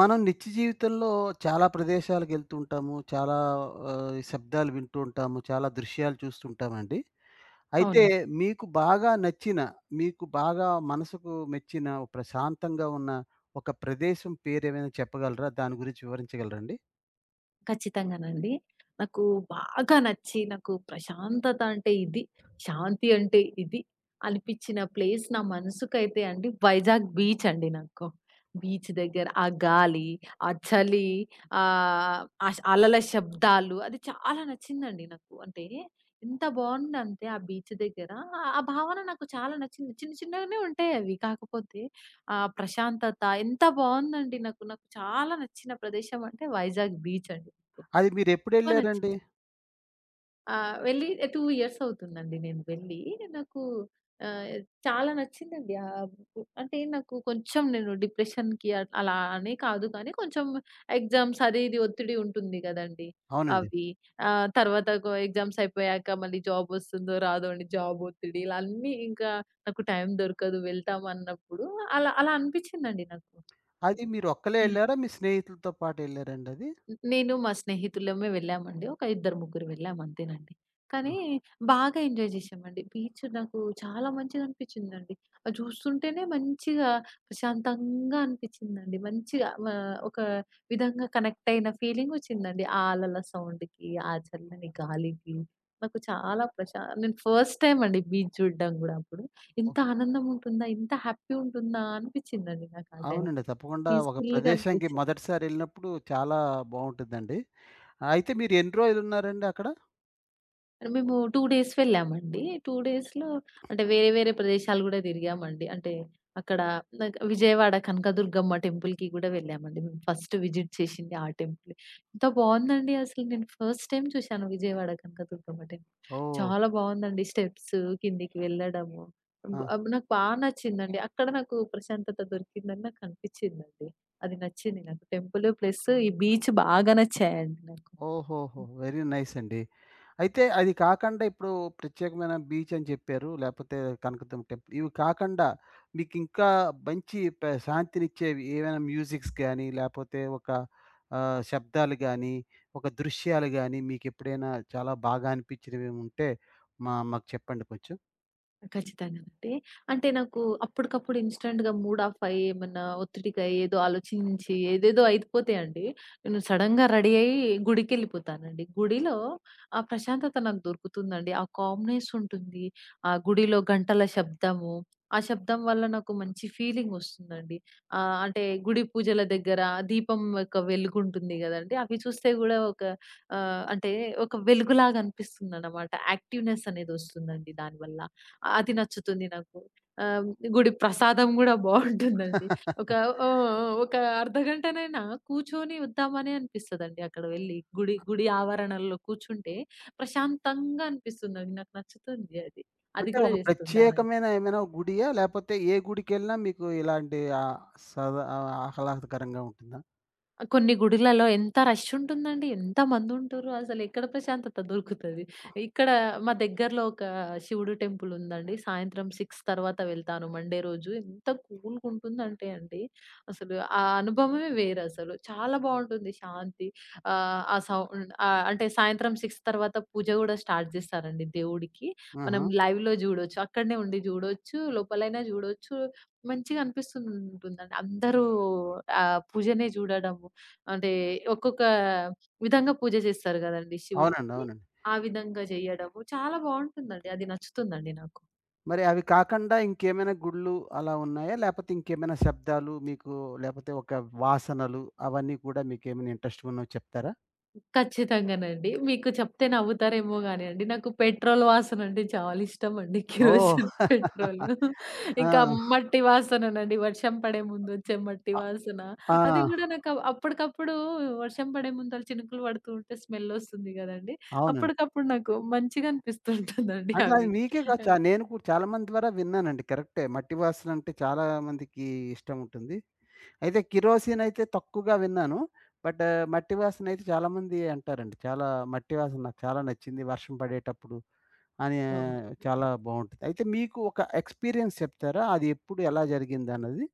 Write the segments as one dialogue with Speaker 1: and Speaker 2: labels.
Speaker 1: మనం నిత్య జీవితంలో చాలా ప్రదేశాలకు వెళ్తూ ఉంటాము. చాలా శబ్దాలు వింటూ ఉంటాము. చాలా దృశ్యాలు చూస్తుంటామండి. అయితే
Speaker 2: అవును.
Speaker 1: మీకు బాగా నచ్చిన, మీకు బాగా మనసుకు మెచ్చిన, ప్రశాంతంగా ఉన్న ఒక ప్రదేశం పేరేమైనా చెప్పగలరా? దాని గురించి వివరించగలరండి?
Speaker 2: ఖచ్చితంగానండి. నాకు బాగా నచ్చి, నాకు ప్రశాంతత అంటే ఇది, శాంతి అంటే ఇది అనిపిచ్చిన ప్లేస్ నా మనసుకైతే అండి వైజాగ్ బీచ్ అండి నాకు. బీచ్ దగ్గర ఆ గాలి, ఆ చలి, ఆహ్, ఆష్ అలల శబ్దాలు అది చాలా నచ్చిందండి నాకు. అంటే ఎంత బావుందంటే ఆ బీచ్ దగ్గర ఆ భావన నాకు చాలా నచ్చింది. చిన్న చిన్నగానే ఉంటాయి అవి. కాకపోతే ఆ ప్రశాంతత ఎంత బావుందండి నాకు. నాకు చాలా నచ్చిన ప్రదేశం అంటే వైజాగ్ బీచ్ అండి.
Speaker 1: అది
Speaker 2: ఎక్కువ
Speaker 1: మీరెప్పుడెళ్లారండి?
Speaker 2: నచ్చింది. వెళ్ళి 2 ఇయర్స్ అవుతుందండి నేను వెళ్ళి. నాకు ఆహ్, చాలా నచ్చిందండి. ఆహ్, బు అంటే నాకు కొంచెం నేను డిప్రెషన్‌కి అలా అని కాదు కానీ కొంచెం ఎగ్జామ్స్ అది ఇది ఒత్తిడి ఉంటుంది గదండీ!
Speaker 1: అవునండి.
Speaker 2: అవి. తర్వాత ఎగ్జామ్స్ అయిపోయాక మళ్ళీ జాబ్ ఒస్తుందో రాదో అని జాబ్ ఒత్తిడి ఇలా అన్నీ ఇంకా నాకు టైం దొరకదు వెళ్తామన్నప్పుడు అలా అలా అనిపిచ్చిందండి నాకు.
Speaker 1: అది మీరొక్కలే
Speaker 2: హ్మ్.
Speaker 1: ఎళ్లారా? మీ స్నేహితులతో పాటు ఎళ్లారండి అది?
Speaker 2: నేను మా స్నేహితులమే వెళ్ళామండి. ఒక ఇద్దరు ముగ్గురు వెళ్ళాం అంతేనండి. కానీ బాగా ఎంజాయ్ జేశామండి. బీచ్ నాకు చాలా మంచిదనిపిచ్చిందండి. అది చూస్తుంటేనే మంచిగా ప్రశాంతంగా అనిపిచ్చిందండి. మంచిగా ఒక విధంగా కనెక్ట్ అయిన ఫీలింగొచ్చిందండి. ఆ అలల సౌండ్‌కి, ఆ చల్లని గాలికి నాకు చాలా ప్రశా నేను ఫస్ట్ టైమ్ అండి బీచ్ చూడడం గూడా అప్పుడు.
Speaker 1: ఓహో!
Speaker 2: ఇంత ఆనందం ఉంటుందా? ఇంత హ్యాపీ ఉంటుందా? అనిపిచ్చిందండి నాకు ఆ
Speaker 1: అవునండి.
Speaker 2: టైంలో.
Speaker 1: తప్పకుండా ఒక
Speaker 2: పీస్‌ఫుల్‌గా
Speaker 1: ప్రదేశానికి
Speaker 2: అనిపిచ్చింది.
Speaker 1: మొదటిసారి ఎళ్ళినప్పుడు చాలా బావుంటుందండి. అయితే మీరు ఎన్ని రోజులున్నారండి అక్కడ?
Speaker 2: మేము 2 డేస్ వెళ్ళామండి. 2 డేస్‌లో అంటే వేరే వేరే ప్రదేశాలు గూడా తిరిగామండి. అంటే అక్కడ నాకు విజయవాడ కనకదుర్గమ్మ టెంపుల్‌కి గూడా వెళ్ళామండి. మేము ఫస్ట్ విజిట్ చేసింది ఆ టెంపులే. ఎంత బావుందండి అసలు నేను ఫస్ట్ టైమ్ చూశాను విజయవాడ కనకదుర్గమ్మ టెంపుల్.
Speaker 1: ఓహ్!
Speaker 2: చాలా బావుందండి. స్టెప్స్ కిందికి వెళ్ళడము.
Speaker 1: ఆ!
Speaker 2: నాకు నచ్చిందండి. అక్కడ నాకు ప్రశాంతత దొరికిందని నాకు అనిపిచ్చిందండి. అది నచ్చింది నాకు. టెంపుల్ ప్లస్ ఈ బీచ్ బాగా నచ్చాయండి నాకు.
Speaker 1: ఓహోహో! వెరీ నైస్ అండి. అయితే అది కాకండా ఇప్పుడు ప్రత్యేకమైన బీచ్ అని చెప్పారు. లేపోతే కనకదుర్గ టెంపుల్. ఇవి కాకండా మీకింకా మంచి శాంతినిచ్చేవి ఏవైనా మ్యూజిక్స్ గాని, లేపోతే ఒక శబ్దాలు గాని, ఒక దృశ్యాలు గాని మీకెప్పుడైనా చాలా బాగా అనిపించినవేవుంటే మాకు చెప్పండి కొంచెం.
Speaker 2: ఖచ్చితంగానండి. అంటే నాకు అప్పటికప్పుడు ఇన్‌స్టాంట్‌గా మూడ్ ఆఫ్ అయ్యి, ఏమన్నా ఒత్తిడిగా ఏదో ఆలోచించి ఏదేదో అయిపోతాయండి. నేను సడెన్‌గా రెడీ అయ్యి గుడికెళ్ళిపోతానండి. గుడిలో ఆ ప్రశాంతత నాకు దొరుకుతుందండి. ఆ కామ్‌నెస్ ఉంటుంది. ఆ గుడిలో గంటల శబ్దము, ఆ శబ్దం వల్ల నాకు మంచి ఫీలింగ్ వస్తుందండి. అంటే గుడి పూజల దగ్గర ఆ దీపం యొక్క వెలుగు ఉంటుంది గదండీ! అవి చూస్తే గూడా ఒక అంటే ఒక వెలుగులాగా అనిపిస్తుందన్నమాట. యాక్టివ్‌నెస్ అనేది వస్తుందండి దానివల్ల. అది నచ్చుతుంది నాకు. ఆహ్, గుడి ప్రసాదం గూడా బావుంటుందండి. ఒక ఓహ్! ఒక అర్ధగంటనైనా కూర్చొని వద్దామనే అనిపిస్తదండి అక్కడ వెళ్లి. గుడి గుడి ఆవరణలో కూర్చుంటే ప్రశాంతంగా అనిపిస్తుందండి. నాకు నచ్చుతుంది అది. అది
Speaker 1: అంటే
Speaker 2: కూడా
Speaker 1: ఒక
Speaker 2: చేస్తుంటానండి.
Speaker 1: ప్రత్యేకమైన ఏమైనా గుడియా? లేపోతే ఏ గుడికెళ్ళినా మీకు ఇలాంటి సదా ఆహ్లాదకరంగా ఉంటుందా?
Speaker 2: కొన్ని గుడిలలో ఎంత రష్ ఉంటుందండి. ఎంతమందుంటుర్రు అసలెక్కడ ప్రశాంతత దొరుకుతది. ఇక్కడ మా దగ్గరలో ఒక శివుడు టెంపుల్ ఉందండి. సాయంత్రం 6 తర్వాత వెళ్తాను మండే రోజు. ఎంత కూల్‌గుంటుందంటే అండి, అసలు ఆ అనుభవమే వేరసలు. చాలా బావుంటుంది శాంతి. ఆహ్, ఆ సౌండ్ ఆహ్, అంటే సాయంత్రం 6 తర్వాత పూజ గూడా స్టార్ట్ జేస్తారండి దేవుడికి.
Speaker 1: ఆహా!
Speaker 2: మనం లైవ్‌లో జూడొచ్చు. అక్కడనే ఉండి జూడొచ్చు. లోపలైనా జూడొచ్చు. మంచిగా అనిపిస్తుంటుందండి. అందరూ ఆ పూజనే జూడడము. అంటే ఒక్కొక్క విధంగా పూజ చేస్తారు గదండీ
Speaker 1: అవునండి.
Speaker 2: శివుడికి.
Speaker 1: అవునండి.
Speaker 2: ఆ విధంగా జేయడము చాలా బావుంటుందండి. అది నచ్చుతుందండి నాకు.
Speaker 1: మరి అవి కాకుండా ఇంకేమైనా గుళ్ళు అలా ఉన్నాయా? లేపోతే ఇంకేమైనా శబ్దాలు మీకు లేపోతే ఒక వాసనలు అవన్నీ కూడా మీకేమైనా ఇంట్రెస్ట్‌గా ఉన్నవి చెప్తారా?
Speaker 2: ఖచ్చితంగానండి. మీకు చెప్తే నవ్వుతారేమో గాని అండి. నాకు పెట్రోల్ వాసన అంటే చాలా ఇష్టమండి.
Speaker 1: ఓహ్!
Speaker 2: Kerosene petrol.
Speaker 1: ఆ!
Speaker 2: ఇంకా మట్టి వాసననండి. వర్షం పడే ముందు వచ్చే మట్టి
Speaker 1: అ
Speaker 2: వాసన.
Speaker 1: ఆ!
Speaker 2: అది గూడా నాకు అప్పటికప్పుడు వర్షం పడే ముందు అలా చినుకులు పడుతూ ఉంటే స్మెల్ వస్తుంది గదండీ.
Speaker 1: అవునండి.
Speaker 2: అప్పటికప్పుడు నాకు మంచిగా అనిపిస్తుంటుందండి
Speaker 1: అంటే అది
Speaker 2: అవి.
Speaker 1: మీకే కాదు. నేను కూడా చాలా మంది ద్వారా విన్నానండి. కరెక్టే. మట్టి వాసన అంటే చాలా మందికి ఇష్టం ఉంటుంది. అయితే కిరోసిన్ అయితే తక్కువగా విన్నాను. బట్ మట్టి వాసన అయితే చాలామంది అంటారండి. చాలా మట్టి వాసన నాకు చాలా నచ్చింది వర్షం పడేటప్పుడు అని
Speaker 2: అవునండి.
Speaker 1: చాలా బావుంటది. అయితే మీకు ఒక ఎక్స్‌పీరియన్స్ చెప్తారా? అది ఎప్పుడు ఎలా జరిగిందన్నది?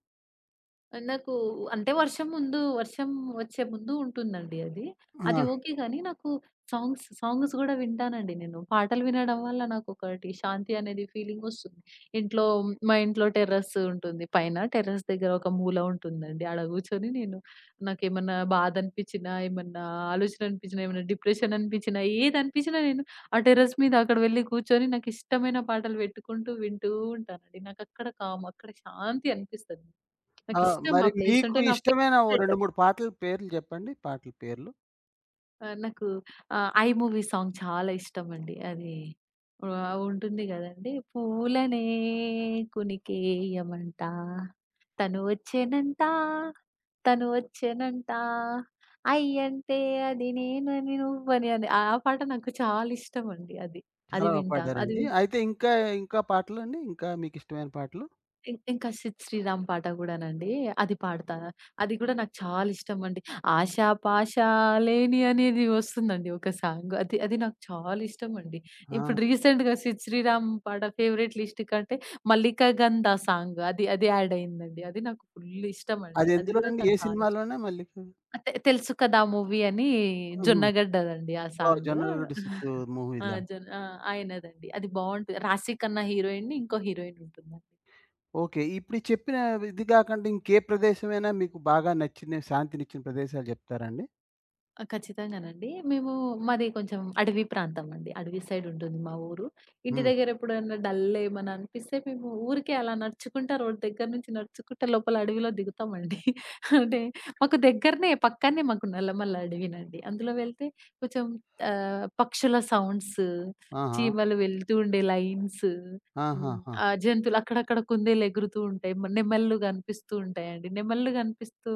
Speaker 2: నాకు అంటే వర్షం ముందు, వర్షం వచ్చే ముందు ఉంటుందండి అది. అది
Speaker 1: ఆ!
Speaker 2: ఓకే గానీ, నాకు సాంగ్స్ గూడా వింటానండి నేను. పాటలు వినడం వల్ల నాకొకటి శాంతి అనేది ఫీలింగొస్తుంది. ఇంట్లో మా ఇంట్లో టెర్రస్ ఉంటుంది. పైన టెర్రస్ దగ్గర ఒక మూల ఉంటుందండి. ఆడ గూర్చొని నేను నాకేమన్నా బాధ అనిపిచ్చినా, ఏమన్నా ఆలోచన అనిపిచ్చినా, ఏమన్నా డిప్రెషన్ అనిపిచ్చినా, ఏదనిపిచ్చినా నేను ఆ టెర్రస్ మీద అక్కడ వెళ్లి కూర్చొని నాకిష్టమైన పాటలు పెట్టుకుంటూ వింటూ ఉంటానండి. నాకక్కడ కామ్, అక్కడ శాంతి అనిపిస్తది.
Speaker 1: ఆ!
Speaker 2: నాకిష్టం ఆ
Speaker 1: మరి
Speaker 2: ప్లేస్
Speaker 1: మీకు
Speaker 2: అంటే నా
Speaker 1: ఇష్టమైన ఓ
Speaker 2: ఫేవరెట్.
Speaker 1: 2, 3 పాటల పేర్లు చెప్పండి. పాటల పేర్లు.
Speaker 2: ఆహ్, నాకు 'ఐ' మూవీ సాంగ్ చాలా ఇష్టమండి. అది ఉంటుంది గదండీ! పూలనే కునికేయమంట, తను వచ్చెనంట, తను వచ్చెనంట, ఐ అంటే అది నేనని నువ్వని అని. ఆ పాట నాకు చాలా ఇష్టమండి అది. అది
Speaker 1: చాలా బా
Speaker 2: వింటాను. అది
Speaker 1: పాడారండి.
Speaker 2: వి
Speaker 1: అయితే ఇంకా, ఇంకా పాటలండి? ఇంకా మీకిష్టమైన పాటలు?
Speaker 2: ఇం ఇంకా 'సిద్ శ్రీరామ్' పాట గూడానండి. అది పాడతా. అది గూడా నాకు చాలా ఇష్టమండి. 'ఆశా పాష లేని' అనేది వస్తుందండి ఒక సాంగ్. అది అది నాకు చాలా ఇష్టమండి.
Speaker 1: ఆ!
Speaker 2: ఇప్పుడు రీసెంట్‌గా 'సిద్ శ్రీరామ్' పాట ఫేవరెట్ లిస్ట్ కంటే 'మల్లికా గంధ' సాంగ్ అది అది యాడ్ అయిందండి. అది నాకు ఫుల్ ఇష్టమండి.
Speaker 1: అది
Speaker 2: అది
Speaker 1: ఎందులో
Speaker 2: గూడా
Speaker 1: అండి? ఏ
Speaker 2: నాకు చాలా ఇష్టం.
Speaker 1: సినిమాలోనే మళ్ళీ?
Speaker 2: అంటే 'తెలుసు కదా' మూవీ అని
Speaker 1: హుహు.
Speaker 2: 'జొన్నగడ్డ'దండి ఆ
Speaker 1: ఓహ్!
Speaker 2: సాంగ్.
Speaker 1: 'జొన్నలగడ్డ సిద్ధు'
Speaker 2: ఆ!
Speaker 1: మూవీలో.
Speaker 2: జొన్ ఆ! ఆయనదండి. అది బావుంటది. రాశి ఖన్నా హీరోయిన్, ఇంకో హీరోయిన్ ఉంటుందండి.
Speaker 1: ఓకే. ఇప్పుడు ఈ చెప్పిన ఇది కాకుండా ఇంకే ప్రదేశమైనా మీకు బాగా నచ్చిన, శాంతినిచ్చిన ప్రదేశాలు చెప్తారా అండి?
Speaker 2: ఆ! ఖచ్చితంగానండి. మాది కొంచెం అడవి ప్రాంతం అండి. అడవి సైడ్ ఉంటుంది మా ఊరు. ఇంటి
Speaker 1: హ్మ్.
Speaker 2: దగ్గర ఎప్పుడైనా డల్ ఏమన్నా అనిపిస్తే మేము ఊరికే అలా నడుచుకుంటా రోడ్ దగ్గర నుంచి నడుచుకుంటా లోపల అడవిలో దిగుతామండి. అంటే మాకు దగ్గరనే పక్కనే మాకు నల్లమల్ల అడవినండి. అందులో వెళ్తే కొంచెం పక్షుల సౌండ్స్,
Speaker 1: ఆహా!
Speaker 2: చీమలు వెళ్తూ ఉండే లైన్స్, హ్మ్.
Speaker 1: ఆహాహా!
Speaker 2: ఆ జంతువులు అక్కడక్కడ కుందేలు ఎగురుతూ ఉంటాయి. నెమళ్ళు కనిపిస్తూ ఉంటాయండి. నెమళ్ళు కనిపిస్తూ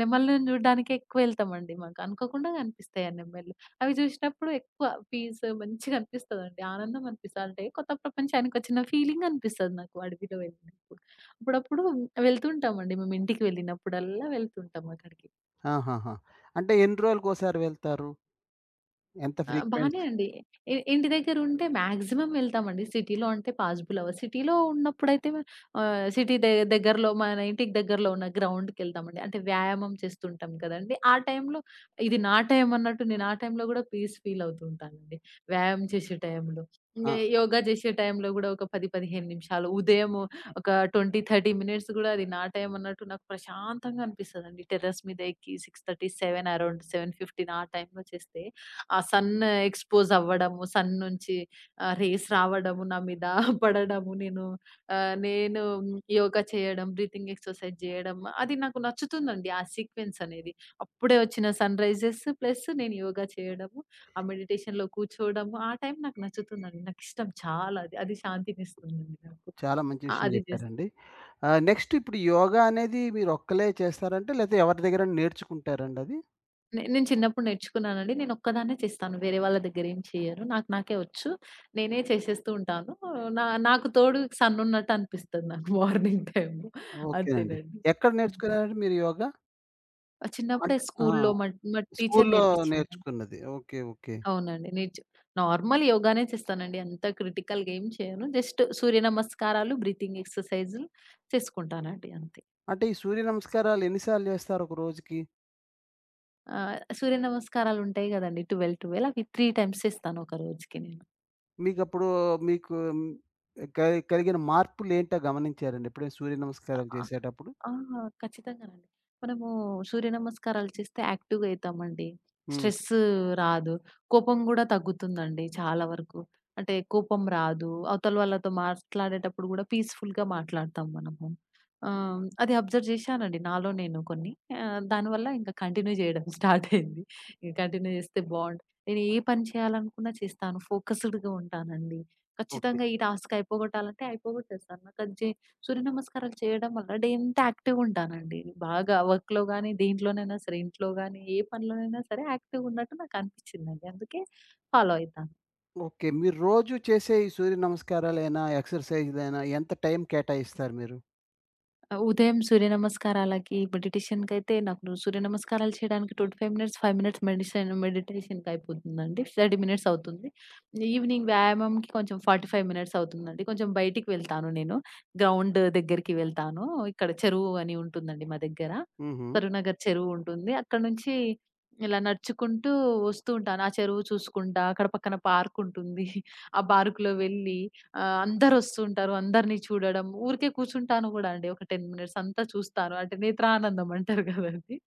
Speaker 2: నెమళ్ళను చూడడానికే ఎక్కువెళ్తామండి మాకు. అనుకోకుండా కనిపిస్తాయి ఆ నెమళ్ళు. అవి చూసినప్పుడు ఎక్కువ పీస్ మంచిగా అనిపిస్తదండి. ఆనందం అనిపిస్తది. అంటే కొత్త ప్రపంచానికొచ్చిన ఫీలింగ్ అనిపిస్తది నాకు అడవిలో వెళ్ళినప్పుడు. అప్పుడప్పుడు వెళ్తుంటామండి. మేము ఇంటికి వెళ్ళినప్పుడల్లా వెళ్తుంటాం అక్కడికి.
Speaker 1: ఆహాహా! అంటే ఎన్ని రోజులకోసారి వెళ్తారు? ఎంత
Speaker 2: ఆ!
Speaker 1: ఫ్రీక్వెన్స్?
Speaker 2: బానే అండి. ఇంటి దగ్గరుంటే మాక్సిమం వెళ్తామండి. సిటీలో అంటే పాజిబుల్ అవ్వదు. సిటీలో ఉన్నప్పుడైతే ఆహ్, సిటీ దె దగ్గరలో మన ఇంటికి దగ్గరలో ఉన్న గ్రౌండ్‌కెళ్తామండి. అంటే వ్యాయామం చేస్తుంటాం కదండీ! ఆ టైంలో ఇది నా టైం అన్నట్టు నేను ఆ టైంలో గూడా పీస్ ఫీల్ అవుతూ ఉంటానండి. వ్యాయామం చేసే టైంలో.
Speaker 1: ఆ!
Speaker 2: ఇంగ యోగా చేసే టైంలో గూడా ఒక 10, 15 నిమిషాలు ఉదయం ఒక 20, 30 మినిట్స్ గూడా అది నా టైం అన్నట్టు నాకు ప్రశాంతంగా అనిపిస్తదండి. టెర్రస్ మీద ఎక్కి 6:30, 7 అరౌండ్ 7:15 ఆ టైంలో చేస్తే ఆ సన్ ఎక్స్‌పోజ్ అవ్వడము, సన్ నుంచి రేస్ రావడము నా మీద పడడము, నేను యోగా చేయడం, బ్రీతింగ్ ఎక్సర్సైజ్ జేయడం అది నాకు నచ్చుతుందండి. ఆ సీక్వెన్స్ అనేది. అప్పుడే వచ్చిన సన్‌రైజెస్ ప్లస్ నేను యోగా చేయడము, ఆ మెడిటేషన్‌లో కూర్చోవడము, ఆ టైం నాకు నచ్చుతుందండి. నాకిష్టం చాలా అది. అది శాంతినిస్తుందండి నాకు.
Speaker 1: చాలా మంచి
Speaker 2: ఆ!
Speaker 1: విషయం
Speaker 2: అది జేస్
Speaker 1: చెప్పారండి. నెక్స్ట్ ఇప్పుడు యోగా అనేది మీరు ఒక్కలే చేస్తారంటే లేతే ఎవరి దగ్గరైనా నేర్చుకుంటారండి అది?
Speaker 2: నే నేను చిన్నప్పుడు నేర్చుకున్నానండి. నేనొక్కదాన్నే చేస్తాను. వేరే వాళ్ళ దగ్గరేం చెయ్యను. నాకు నాకే వచ్చు. నేనే చేసేస్తూ ఉంటాను. నాకు తోడు సన్నున్నట్టు అనిపిస్తది నాకు మార్నింగ్ టైమ్‌లో.
Speaker 1: ఓకేనండి.
Speaker 2: అంతేనండి.
Speaker 1: ఎక్కడ
Speaker 2: హ్మ్.
Speaker 1: నేర్చుకున్నారండి మీరు యోగా?
Speaker 2: చిన్నప్పుడే
Speaker 1: అంటే ఆ!
Speaker 2: స్కూల్లో మా మా టీచర్
Speaker 1: స్కూల్లో
Speaker 2: నేర్పించిందండి.
Speaker 1: నేర్చుకున్నది. ఓకే. ఓకే.
Speaker 2: అవునండి. నార్మల్ యోగానే చేస్తానండి. అంత క్రిటికల్‌గా ఏం చేయను. జస్ట్ సూర్య నమస్కారాలు, బ్రీతింగ్ ఎక్సర్‌సైజులు చేసుకుంటానండి అంతే.
Speaker 1: అంటే ఈ సూర్య నమస్కారాలు ఎన్ని సార్లు చేస్తారు ఒక రోజుకి?
Speaker 2: సూర్య నమస్కారాలుంటాయి గదండీ! 12, 12 అవి 3 టైమ్స్ చేస్తాను ఒక రోజుకి నేను.
Speaker 1: మీకప్పుడు మీకు హ్మ్, కలిగిన మార్పులేంటో గమనించారండి ఎప్పుడైనా సూర్య నమస్కారం
Speaker 2: ఆ!
Speaker 1: చేసేటప్పుడు?
Speaker 2: ఆ! ఖచ్చితంగానండి. మనము సూర్య నమస్కారాలు చేస్తే యాక్టివ్‌గా అయితామండి.
Speaker 1: హ్మ్.
Speaker 2: స్ట్రెస్ రాదు. కోపం గూడా తగ్గుతుందండి చాలా వరకు. అంటే కోపం రాదు. అవతల వాళ్ళతో మాట్లాడేటప్పుడు గూడా పీస్‌ఫుల్‌గా మాట్లాడతాం మనము. అది అబ్జర్వ్ చేశానండి నాలో నేను కొన్ని. దానివల్ల ఇంకా కంటిన్యూ చేయడం స్టార్ట్ అయింది. ఇంక కంటిన్యూ చేస్తే బావుండు. నేను ఏ పని చేయాలనుకున్నా చేస్తాను. ఫోకస్‌డ్‌గా ఉంటానండి.
Speaker 1: ఓకే.
Speaker 2: ఖచ్చితంగా ఈ టాస్క్ అయిపోగొట్టాలంటే అయిపోగొట్టేస్తాను. నాకది చే సూర్య నమస్కారాలు చేయడం వల్ల డే అంతా యాక్టివ్‌గుంటానండి. బాగా వర్క్‌లో గాని, దేంట్లోనైనా సరే, ఇంట్లో గాని, ఏ పనిలోనైనా సరే యాక్టివ్‌గున్నట్టు నాకనిపిచ్చిందండి. అందుకే ఫాలో అయితా.
Speaker 1: ఓకే. మీరు రోజు చేసే ఈ సూర్య నమస్కారాలైనా, ఎక్సర్‌సైజ్‌లైనా ఎంత టైం కేటాయిస్తారు మీరు?
Speaker 2: ఉదయం సూర్య నమస్కారాలకి, మెడిటేషన్‌కైతే నాకు సూర్య నమస్కారాలు చేయడానికి 25 మినిట్స్, 5 మినిట్స్ మెడిటేషన్‌కి అయిపోతుందండి. 30 మినిట్స్ అవుతుంది. ఈవినింగ్ వ్యాయామంకి కొంచెం 45 మినిట్స్ అవుతుందండి. కొంచెం బయటికి వెళ్తాను నేను. గ్రౌండ్ దగ్గరికి వెళ్తాను. ఇక్కడ చెరువు అని ఉంటుందండి మా దగ్గర.
Speaker 1: హుహు.
Speaker 2: కరీంనగర్ చెరువు ఉంటుంది. అక్కడి నుంచి ఇలా నడుచుకుంటూ వస్తూ ఉంటాను. ఆ చెరువు చూసుకుంటా, అక్కడ పక్కన పార్క్ ఉంటుంది. ఆ పార్క్‌లో వెళ్ళి అందరొస్తుంటారు. అందరిని చూడడం, ఊరికే కూర్చుంటాను గూడా అండి. ఒక 10 మినిట్స్ అంతా చూస్తాను. అంటే నేత్రానందం అంటారు గదండీ!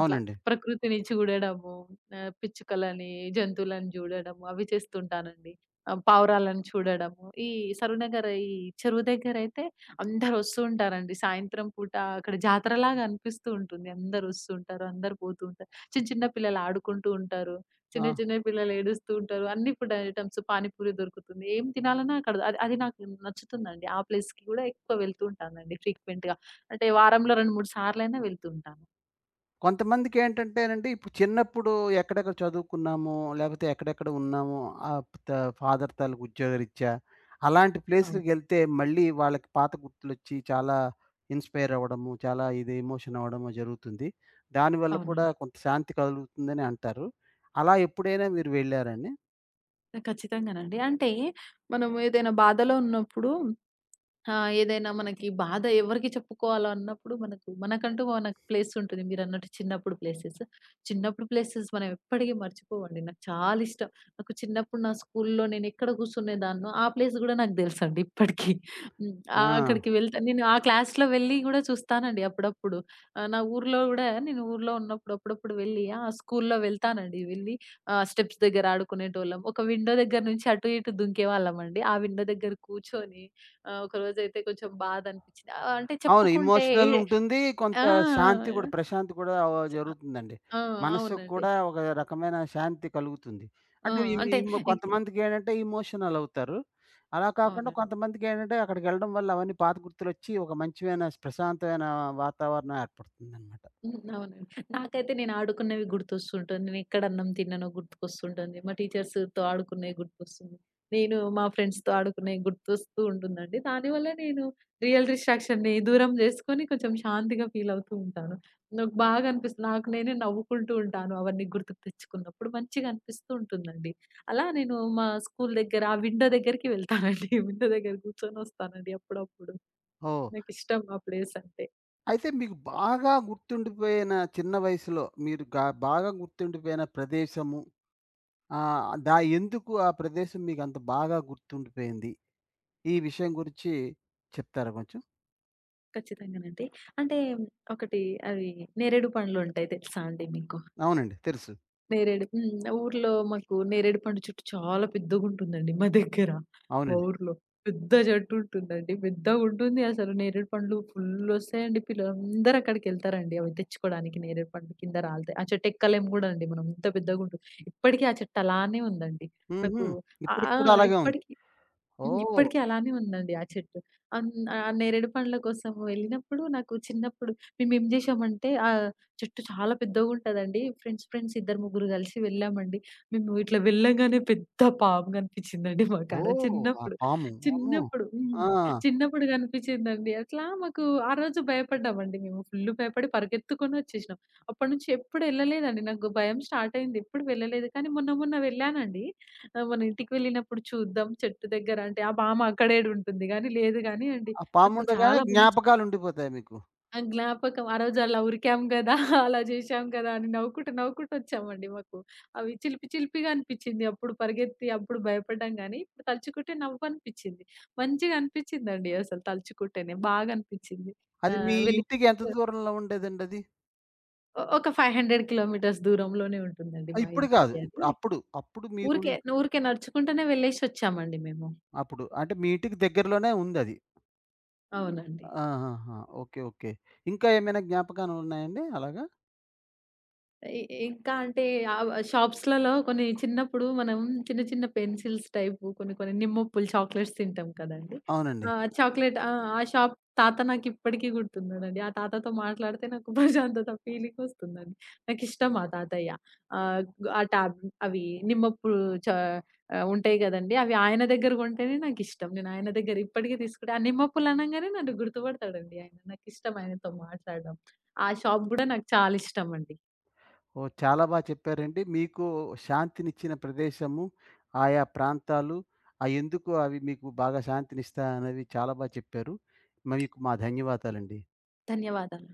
Speaker 2: అట్లా ప్రకృతిని చూడడము, పిచ్చుకలని, జంతువులను జూడడము అవి చేస్తుంటానండి. పావురాలను చూడడము. ఈ సరూనగర్ చెరువు దగ్గరైతే అందరొస్తూ ఉంటారండి. సాయంత్రం పూట అక్కడ జాతరలాగా అనిపిస్తూ ఉంటుంది. అందరొస్తూ ఉంటారు. అందరూ పోతూ ఉంటారు. చిన్న చిన్న పిల్లలు ఆడుకుంటూ ఉంటారు. చిన్న
Speaker 1: ఆ!
Speaker 2: చిన్న పిల్లలు ఏడుస్తూ ఉంటారు. అన్ని ఫుడ్ ఐటెమ్స్ పానీపూరి దొరుకుతుంది. ఏం తినాలన్నా అక్కడ అది అది నాకు నచ్చుతుందండి. ఆ ప్లేస్‌కి గూడా ఎక్కువ వెళ్తూ ఉంటానండి ఫ్రీక్వెంట్‌గా. అంటే వారంలో 2, 3 సార్లైనా వెళ్తూ ఉంటాను.
Speaker 1: కొంతమందికేంటంటేనండి, ఇప్పుడు చిన్నప్పుడు ఎక్కడెక్కడ చదువుకున్నామో, లేపోతే ఎక్కడెక్కడ ఉన్నామో ఆహ్, త ఫాదర్ తాలూకు ఉద్యోగరీత్యా, అలాంటి
Speaker 2: అవును.
Speaker 1: ప్లేసులకెళ్తే మళ్ళీ వాళ్ళకి పాత గుర్తులొచ్చి చాలా ఇన్‌స్పైర్ అవ్వడము, చాలా ఇది ఎమోషన్ అవ్వడము జరుగుతుంది. దానివల్ల కూడా
Speaker 2: అవునండి.
Speaker 1: కొంత శాంతి కలుగుతుందని అంటారు. అలా ఎప్పుడైనా మీరు వెళ్లారండి?
Speaker 2: ఖచ్చితంగానండి. అంటే మనం ఏదైనా బాధలో ఉన్నప్పుడు ఆ! ఏదైనా మనకి బాధ ఎవరికి చెప్పుకోవాలో అన్నప్పుడు మనకు మనకంటూ మనకు ప్లేస్ ఉంటుంది. మీరన్నట్టు చిన్నప్పుడు ప్లేసెస్. చిన్నప్పుడు ప్లేసెస్ మనం ఎప్పటికీ మర్చిపోవండి. నాకు చాలా ఇష్టం. నాకు చిన్నప్పుడు నా స్కూల్‌లో నేనెక్కడ కూర్చునేదాన్నో ఆ ప్లేస్ గూడా నాకు తెలుసండి ఇప్పటికి. హ్మ్.
Speaker 1: ఆ!
Speaker 2: అక్కడికి వెళ్తా నేను ఆ క్లాస్‌లో వెళ్ళి గూడా చూస్తానండి అప్పుడప్పుడు. నా ఊర్లో గూడా నేను ఊర్లో ఉన్నప్పుడు అప్పుడప్పుడు వెళ్ళి ఆ స్కూల్‌లో వెళ్తానండి. వెళ్ళి స్టెప్స్ దగ్గర ఆడుకునేటోళ్ళం. ఒక విండో దగ్గర నుంచి అటు ఇటు దుంకేవాళ్ళమండి. ఆ విండో దగ్గర కూర్చొని ఆ! ఒకరోజైతే కొంచెం బాధనిపిచ్చింది. అంటే
Speaker 1: అవును.
Speaker 2: చెప్పుకుంటే ఏ
Speaker 1: ఎమోషనల్ ఉంటుంది.
Speaker 2: ఆ!
Speaker 1: కొంత శాంతి కూడా ప్రశాంతి కూడా ఆ
Speaker 2: ఆ!
Speaker 1: జరుగుతుందండి.
Speaker 2: ఆ!
Speaker 1: మనస్సుకు
Speaker 2: అవునండి.
Speaker 1: కూడా ఒక రకమైన శాంతి కలుగుతుంది.
Speaker 2: ఆ!
Speaker 1: అంటే ఇవి
Speaker 2: అంటే ఇక
Speaker 1: కొంతమందికేంటంటే ఎమోషనల్ అవుతారు. అలా కాకుండా
Speaker 2: అవునండి.
Speaker 1: కొంతమందికేంటంటే అక్కడికెళ్ళడం వల్ల అవన్నీ పాత గుర్తులొచ్చి ఒక మంచిమైన ప్రశాంతమైన వాతావరణం ఏర్పడుతుందనమాట.
Speaker 2: హ్మ్. అవునండి. నాకైతే నేను ఆడుకున్నవి గుర్తొస్తుంటుంది. నేనెక్కడ అన్నం తిన్నానో గుర్తుకొస్తుంటుంది. మా టీచర్స్‌తో ఆడుకున్నయి గుర్తొస్తుంది. నేను మా ఫ్రెండ్స్‌తో ఆడుకున్నయి గుర్తొస్తూ ఉంటుందండి. దానివల్ల నేను రియల్ డిస్ట్రాక్షన్‌ని దూరం జేసుకొని కొంచెం శాంతిగా ఫీలవుతూ ఉంటాను. నాకు బాగా అనిపిస్తుంది. నాకు నేనే నవ్వుకుంటూ ఉంటాను అవన్నీ గుర్తుకు తెచ్చుకున్నప్పుడు. మంచిగా అనిపిస్తూ ఉంటుందండి. అలా నేను మా స్కూల్ దగ్గర ఆ విండో దగ్గరికి వెళ్తానండి. విండో దగ్గర కూర్చొనొస్తానండి అప్పుడప్పుడు.
Speaker 1: ఓహ్!
Speaker 2: నాకిష్టం ఆ ప్లేసంటే.
Speaker 1: అయితే మీకు బాగా గుర్తుండిపోయిన చిన్న వయసులో మీరు గా బాగా గుర్తుండిపోయిన ప్రదేశము ఆహ్, దా ఎందుకు ఆ ప్రదేశం మీకంత బాగా గుర్తుండిపోయింది? ఈ విషయం గురించి చెప్తారా కొంచెం?
Speaker 2: ఖచ్చితంగానండి. అంటే ఒకటి అవి నేరేడు పండ్లుంటాయి తెలుసా అండి మీకు?
Speaker 1: అవునండి. తెలుసు.
Speaker 2: నేరేడు హ్మ్. ఊర్లో మాకు నేరేడు పండు చెట్టు చాలా పెద్దగుంటుందండి మా దగ్గర. మా
Speaker 1: అవునండి.
Speaker 2: ఊర్లో. పెద్ద చెట్టు ఉంటుందండి. పెద్దగుంటుంది అసలు నేరేడు పండ్లు ఫుల్లొస్తాయండి. పిల్లలందరూ అక్కడికెళ్తారండి అవి తెచ్చుకోడానికి నేరేడు పండ్లు కింద రాలుతాయి. ఆ చెట్టు ఎక్కలేము గూడా అండి మనం అంత పెద్దగుంటుంది. ఇప్పటికి ఆ చెట్టు అలానే ఉందండి.
Speaker 1: హుహు.
Speaker 2: నాకు ఆ!
Speaker 1: ఇప్పటికి
Speaker 2: ఆ!
Speaker 1: కూడా అలాగే ఉంది.
Speaker 2: ఇప్పటికి హ్మ్.
Speaker 1: ఓహ్!
Speaker 2: ఇప్పటికి అలానే ఉందండి ఆ చెట్టు. ఆ నేరేడు పండ్ల కోసం వెళ్ళినప్పుడు నాకు చిన్నప్పుడు మేమేం జేశామంటే ఆ చెట్టు చాలా పెద్దగుంటదండి. ఫ్రెండ్స్ ఇద్దరు ముగ్గురు కలిసి వెళ్ళామండి. మేము ఇట్లా వెళ్ళంగానే పెద్ద పాము కనిపించిందండి మాకాడ
Speaker 1: ఓహ్! ఆ
Speaker 2: చిన్నప్పుడు.
Speaker 1: పాము. అమ్మో!
Speaker 2: చిన్నప్పుడు
Speaker 1: ఆ!
Speaker 2: హ్మ్. చిన్నప్పుడు కనిపించిందండి. అట్లా మాకు ఆ రోజు భయపడ్డామండి మేము. ఫుల్లు భయపడి పరిగెత్తుకొని వచ్చేసినాం. అప్పటి నుంచి ఎప్పుడు ఎళ్ళలేదండి. నాకు భయం స్టార్ట్ అయింది. ఎప్పుడు వెళ్ళలేదు. కానీ మొన్న మొన్న వెళ్ళానండి. ఆ! మన ఇంటికి వెళ్ళినప్పుడు చూద్దాం చెట్టు దగ్గర అంటే, ఆ బామ్మ అక్కడేడుంటుంది గానీ, లేదు గానీ అండి.
Speaker 1: ఆ
Speaker 2: నాకు
Speaker 1: పాముండగానే
Speaker 2: చాలా మంచి
Speaker 1: జ్ఞాపకాలుండిపోతాయి మీకు.
Speaker 2: ఆ! జ్ఞాపకం. ఆ రోజు అలా ఉరికాం గదా! అలా చేశాం గదా! అని నవ్వుకుంటూ వచ్చామండి మాకు. అవి చిలిపి చిలిపిగా అనిపిచ్చింది. అప్పుడు పరిగెత్తి, అప్పుడు భయపడ్డాం గానీ, ఇప్పుడు తలుచుకుంటే నవ్వనిపిచ్చింది. మంచిగా అనిపిచ్చిందండి అసలు తలుచుకుంటేనే. బాగా అనిపిచ్చింది.
Speaker 1: అది మీ
Speaker 2: ఆహ్, వెళ్ళి
Speaker 1: ఇంటికి ఎంత దూరంలో ఉండేదండది?
Speaker 2: ఒ ఒక 500 కిలోమీటర్స్ దూరంలోనే ఉంటుందండి
Speaker 1: ఆ!
Speaker 2: మా
Speaker 1: ఇప్పుడు కాదు.
Speaker 2: ఇంటికి
Speaker 1: ఇప్పుడు
Speaker 2: అది.
Speaker 1: అప్పుడు, అప్పుడు మీరున్
Speaker 2: ఊరికే ఊరికే నడుచుకుంటూనే వెళ్ళేసొచ్చామండి మేము.
Speaker 1: అప్పుడు. అంటే మీ ఇంటికి దగ్గరలోనే ఉందది.
Speaker 2: అవునండి.
Speaker 1: ఆహాహా! ఓకే. ఓకే. ఇంకా ఏమైనా జ్ఞాపకాలున్నాయండి అలాగా?
Speaker 2: ఇ ఇంకా అంటే షాప్స్‌లలో కొన్ని చిన్నప్పుడు మనం చిన్న, చిన్న పెన్సిల్స్ టైపు కొన్ని, కొన్ని నిమ్మప్పులు చాక్లెట్స్ తింటాం కదండీ!
Speaker 1: అవునండి.
Speaker 2: ఆ! చాక్లెట్ ఆ! ఆ షాప్ తాత నాకిప్పటికి గుర్తున్నాడండి. ఆ తాతతో మాట్లాడితే నాకు ప్రశాంతత ఫీలింగ్ వస్తుందండి. నాకిష్టం ఆ తాతయ్య. ఆహ్, ఆ టాబ్ అవి నిమ్మప్పుడు చా ఆహ్, ఉంటాయి గదండీ! అవి ఆయన దగ్గర కొంటేనే నాకిష్టం. నేను ఆయన దగ్గర ఇప్పటికి తీసుకుంటే ఆ నిమ్మప్పులు అనంగానే నన్ను గుర్తుపడతాడండి ఆయన. నాకిష్టం ఆయనతో మాట్లాడడం. ఆ షాప్ గూడా నాకు చాలా ఇష్టమండి.
Speaker 1: ఓహ్! చాలా చెప్పారండి. మీకు శాంతినిచ్చిన ప్రదేశము, ఆయా ప్రాంతాలు ఎందుకు అవి మీకు బాగా శాంతినిస్తాయనేవి చాలా చెప్పారు. మీకు మా ధన్యవాదాలండి.
Speaker 2: ధన్యవాదాలు.